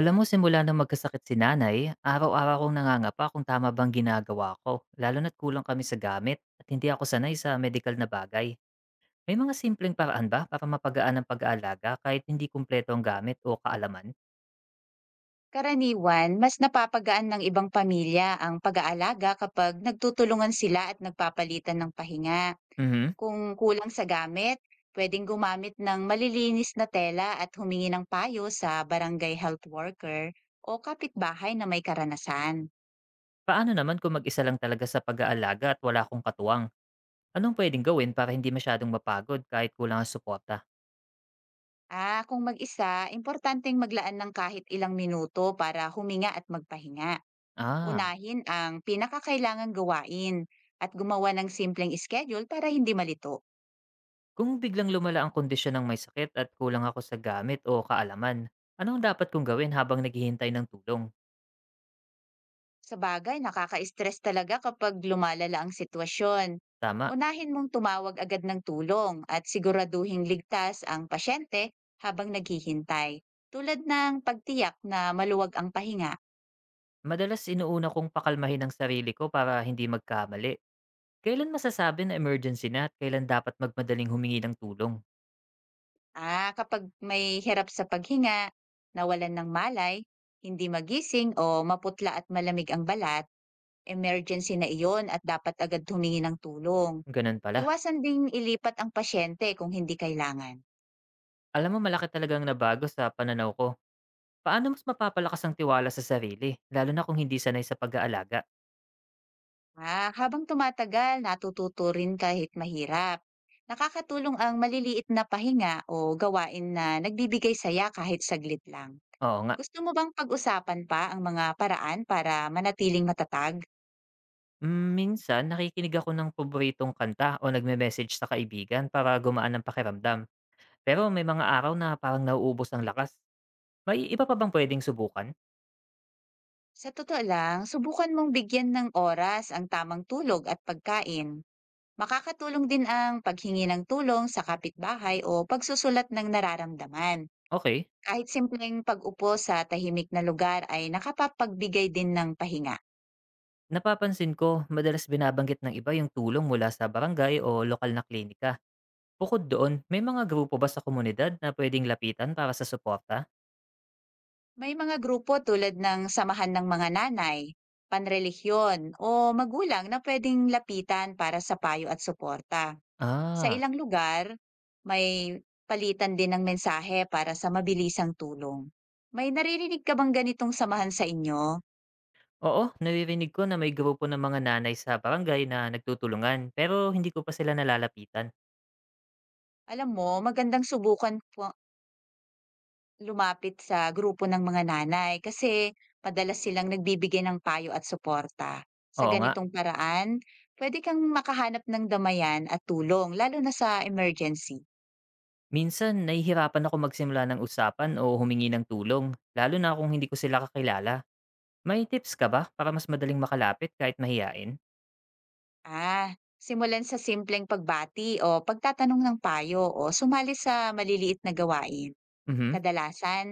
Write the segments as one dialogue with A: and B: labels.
A: Alam mo, simula nang magkasakit si nanay, araw-araw kong nangangapa kung tama bang ginagawa ko, lalo na't kulang kami sa gamit at hindi ako sanay sa medical na bagay. May mga simpleng paraan ba para mapagaan ang pag-aalaga kahit hindi kumpleto ang gamit o kaalaman?
B: Karaniwan, mas napapagaan ng ibang pamilya ang pag-aalaga kapag nagtutulungan sila at nagpapalitan ng pahinga.
A: Mhm.
B: Kung kulang sa gamit, pwedeng gumamit ng malilinis na tela at humingi ng payo sa barangay health worker o kapitbahay na may karanasan.
A: Paano naman kung mag-isa lang talaga sa pag-aalaga at wala akong katuwang? Anong pwedeng gawin para hindi masyadong mapagod kahit kulang ang suporta?
B: Kung mag-isa, importanteng maglaan ng kahit ilang minuto para huminga at magpahinga.
A: Ah,
B: Unahin ang pinakakailangang gawain at gumawa ng simpleng schedule para hindi malito.
A: kung biglang lumala ang kondisyon ng may sakit at kulang ako sa gamit o kaalaman, anong dapat kong gawin habang naghihintay ng tulong?
B: Sa bagay, nakaka-stress talaga kapag lumalala ang sitwasyon.
A: Tama.
B: Unahin mong tumawag agad ng tulong at siguraduhing ligtas ang pasyente habang naghihintay, tulad ng pagtiyak na maluwag ang pahinga.
A: Madalas inuuna kong pakalmahin ang sarili ko para hindi magkamali. Kailan masasabi na emergency na at kailan dapat magmadaling humingi ng tulong?
B: Kapag may hirap sa paghinga, nawalan ng malay, hindi magising o maputla at malamig ang balat, emergency na iyon at dapat agad humingi ng tulong.
A: Ganun pala.
B: Iwasan ding ilipat ang pasyente kung hindi kailangan.
A: Alam mo, malaki talagang nabago sa pananaw ko. Paano mas mapapalakas ang tiwala sa sarili, lalo na kung hindi sanay sa pag-aalaga?
B: Habang tumatagal, natututo rin kahit mahirap. Nakakatulong ang maliliit na pahinga o gawain na nagbibigay saya kahit saglit lang.
A: Oo nga.
B: Gusto mo bang pag-usapan pa ang mga paraan para manatiling matatag?
A: Minsan, nakikinig ako ng paboritong kanta o nagme-message sa kaibigan para gumaan ang pakiramdam. Pero may mga araw na parang nauubos ang lakas. May iba pa bang pwedeng subukan?
B: Sa totoo lang, subukan mong bigyan ng oras ang tamang tulog at pagkain. Makakatulong din ang paghingi ng tulong sa kapitbahay o pagsusulat ng nararamdaman.
A: Okay.
B: Kahit simpleng pag-upo sa tahimik na lugar ay nakapagbigay din ng pahinga.
A: Napapansin ko, madalas binabanggit ng iba yung tulong mula sa barangay o lokal na klinika. Bukod doon, may mga grupo ba sa komunidad na pwedeng lapitan para sa suporta?
B: May mga grupo tulad ng Samahan ng Mga Nanay, Panrelihiyon o Magulang na pwedeng lapitan para sa payo at suporta. Sa
A: Ah,
B: ilang lugar, may palitan din ng mensahe para sa mabilisang tulong. May naririnig ka bang ganitong samahan sa inyo?
A: oo, naririnig ko na may grupo ng mga nanay sa barangay na nagtutulungan pero hindi ko pa sila nalalapitan.
B: Alam mo, magandang subukan po. Lumapit sa grupo ng mga nanay kasi madalas silang nagbibigay ng payo at suporta. Sa
A: Oo nga,
B: ganitong paraan, pwede kang makahanap ng damayan at tulong lalo na sa emergency.
A: minsan nahihirapan ako magsimula ng usapan o humingi ng tulong, lalo na kung hindi ko sila kakilala. May tips ka ba para mas madaling makalapit kahit mahiyain?
B: Simulan sa simpleng pagbati o pagtatanong ng payo o sumali sa maliliit na gawain.
A: Mhm.
B: Kadalasan,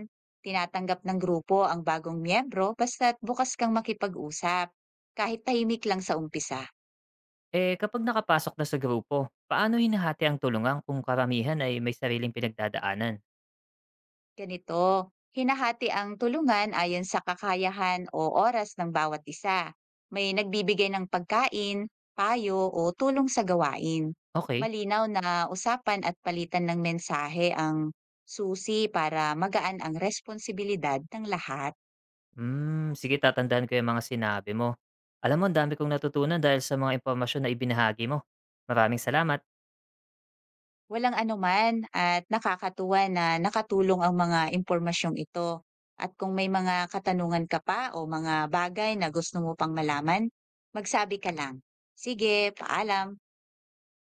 B: tinatanggap ng grupo ang bagong miyembro basta't bukas kang makipag-usap, kahit tahimik lang sa umpisa.
A: Eh, kapag nakapasok na sa grupo, paano hinahati ang tulungan kung karamihan ay may sariling pinagdadaanan?
B: Ganito, hinahati ang tulungan ayon sa kakayahan o oras ng bawat isa. May nagbibigay ng pagkain, payo o tulong sa gawain.
A: Okay.
B: Malinaw na usapan at palitan ng mensahe ang susi para magaan ang responsibilidad ng lahat.
A: Hmm, sige, tatandaan ko yung mga sinabi mo. Alam mo, ang dami kong natutunan dahil sa mga impormasyon na ibinahagi mo. Maraming salamat.
B: Walang anuman at nakakatuwa na nakatulong ang mga impormasyong ito. At kung may mga katanungan ka pa o mga bagay na gusto mo pang malaman, magsabi ka lang. Sige, paalam.